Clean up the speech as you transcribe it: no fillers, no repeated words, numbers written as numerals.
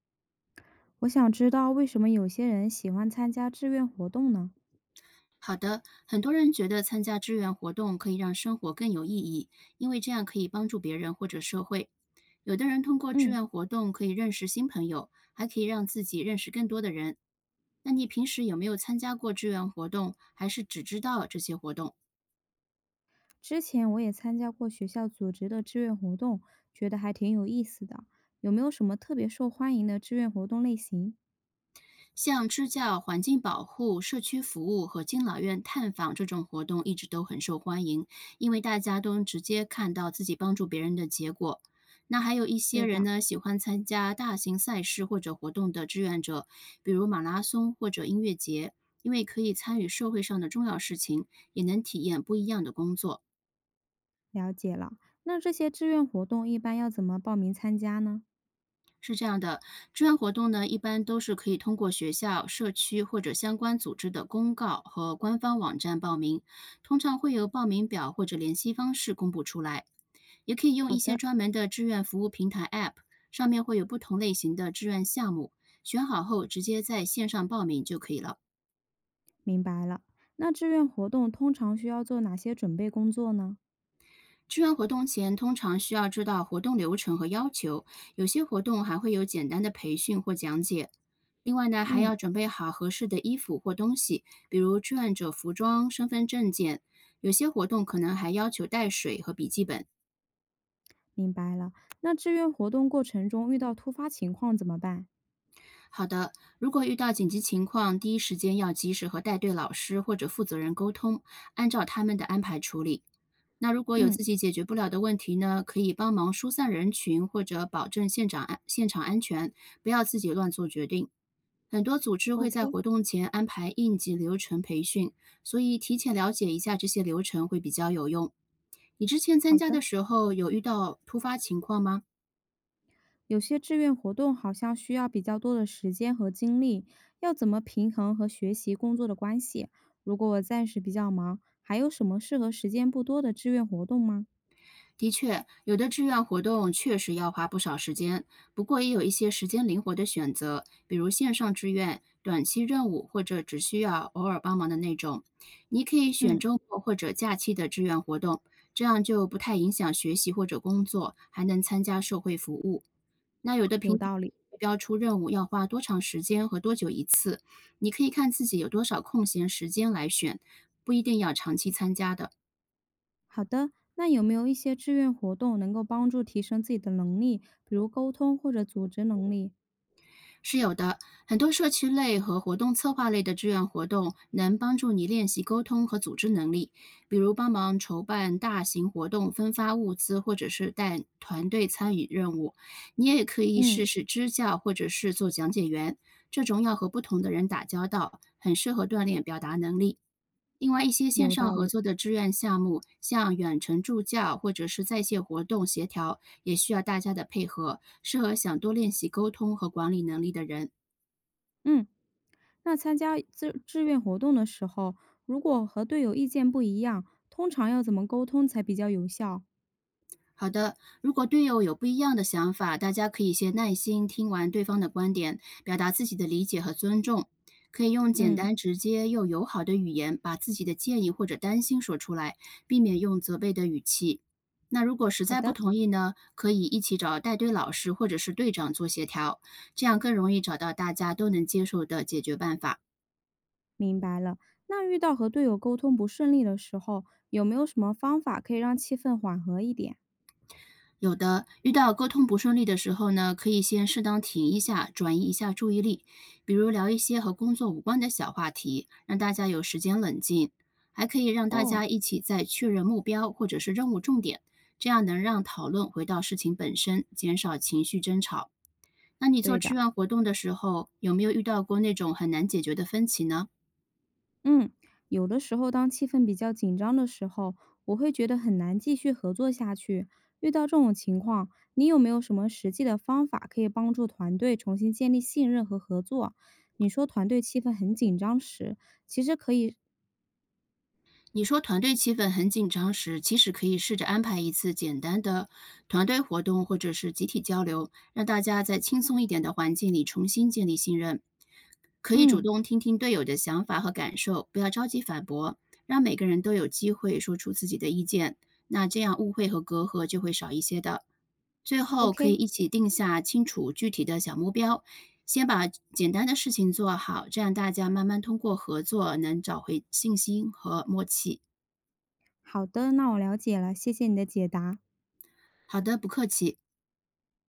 我想知道为什么有些人喜欢参加志愿活动呢？好的，很多人觉得参加志愿活动可以让生活更有意义，因为这样可以帮助别人或者社会。有的人通过志嗯，愿活动可以认识新朋友，还可以让自己认识更多的人。那你平时有没有参加过志愿活动，还是只知道这些活动？之前我也参加过学校组织的志愿活动，觉得还挺有意思的。有没有什么特别受欢迎的志愿活动类型？像支教、环境保护、社区服务和敬老院探访这种活动一直都很受欢迎，因为大家都能直接看到自己帮助别人的结果。那还有一些对人的，呢，喜欢参加大型赛事或者活动的志愿者，比如马拉松或者音乐节，因为可以参与社会上的重要事情，也能体验不一样的工作。了解了。那这些志愿活动一般要怎么报名参加呢？是这样的，志愿活动呢，一般都是可以通过学校、社区或者相关组织的公告和官方网站报名，通常会有报名表或者联系方式公布出来。也可以用一好些的，专门的志愿服务平台 App，上面会有不同类型的志愿项目，选好后直接在线上报名就可以了。明白了。那志愿活动通常需要做哪些准备工作呢？志愿活动前通常需要知道活动流程和要求，有些活动还会有简单的培训或讲解。另外呢，还嗯，要准备好合适的衣服或东西，比如志愿者服装、身份证件。有些活动可能还要求带水和笔记本。明白了。那志愿活动过程中遇到突发情况怎么办？好的，如果遇到紧急情况，第一时间要及时和带队老师或者负责人沟通，按照他们的安排处理。那如果有嗯自己解决不了的问题呢，可以帮忙疏散人群或者保证现场安全，不要自己乱做决定。很多组织会在，OK，活动前安排应急流程培训，所以提前了解一下这些流程会比较有用。你之前参好加的的。时候有遇到突发情况吗？有些志愿活动好像需要比较多的时间和精力，要怎么平衡和学习工作的关系？如果我暂时比较忙，还有什么适合时间不多的志愿活动吗？的确，有的志愿活动确实要花不少时间，不过也有一些时间灵活的选择，比如线上志愿、短期任务或者只需要偶尔帮忙的那种。你可以选嗯，周末或者假期的志愿活动，这样就不太影响学习或者工作，还能参加社会服务。那有的平有台道理。会标出任务要花多长时间和多久一次，你可以看自己有多少空闲时间来选，不一定要长期参加的。好的，那有没有一些志愿活动能够帮助提升自己的能力，比如沟通或者组织能力？是有的，很多社区类和活动策划类的志愿活动能帮助你练习沟通和组织能力，比如帮忙筹办大型活动、分发物资，或者是带团队参与任务。你也可以嗯，试试支教，或者是做讲解员，这种要和不同的人打交道，很适合锻炼表达能力。另外，一些线有上道合理。作的志愿项目，像远程助教或者是在线活动协调，也需要大家的配合，适合想多练习沟通和管理能力的人。嗯，那参加志愿活动的时候，如果和队友意见不一样，通常要怎么沟通才比较有效？好的，如果队友有不一样的想法，大家可以先耐心听完对方的观点，表达自己的理解和尊重。可以用简嗯，单、直接又友好的语言把自己的建议或者担心说出来，避免用责备的语气。那如果实好在不的。同意呢，可以一起找带队老师或者是队长做协调，这样更容易找到大家都能接受的解决办法。明白了。那遇到和队友沟通不顺利的时候，有没有什么方法可以让气氛缓和一点？有的，遇到沟通不顺利的时候呢，可以先适当停一下，转移一下注意力，比如聊一些和工作无关的小话题，让大家有时间冷静。还可以让大哦，家一起再确认目标或者是任务重点，这样能让讨论回到事情本身，减少情绪争吵。那你做对志的，愿活动的时候，有没有遇到过那种很难解决的分歧呢？嗯，有的时候当气氛比较紧张的时候，我会觉得很难继续合作下去。遇到这种情况，你有没有什么实际的方法可以帮助团队重新建立信任和合作？你说团队气氛很紧张时，其实可以，你说团队气氛很紧张时，其实可以试着安排一次简单的团队活动或者是集体交流，让大家在轻松一点的环境里重新建立信任。可以主嗯动听听队友的想法和感受，不要着急反驳，让每个人都有机会说出自己的意见。那这样误会和隔阂就会少一些的。最后可以，OK，一起定下清楚具体的小目标，先把简单的事情做好，这样大家慢慢通过合作能找回信心和默契。好的，那我了解了，谢谢你的解答。好的，不客气。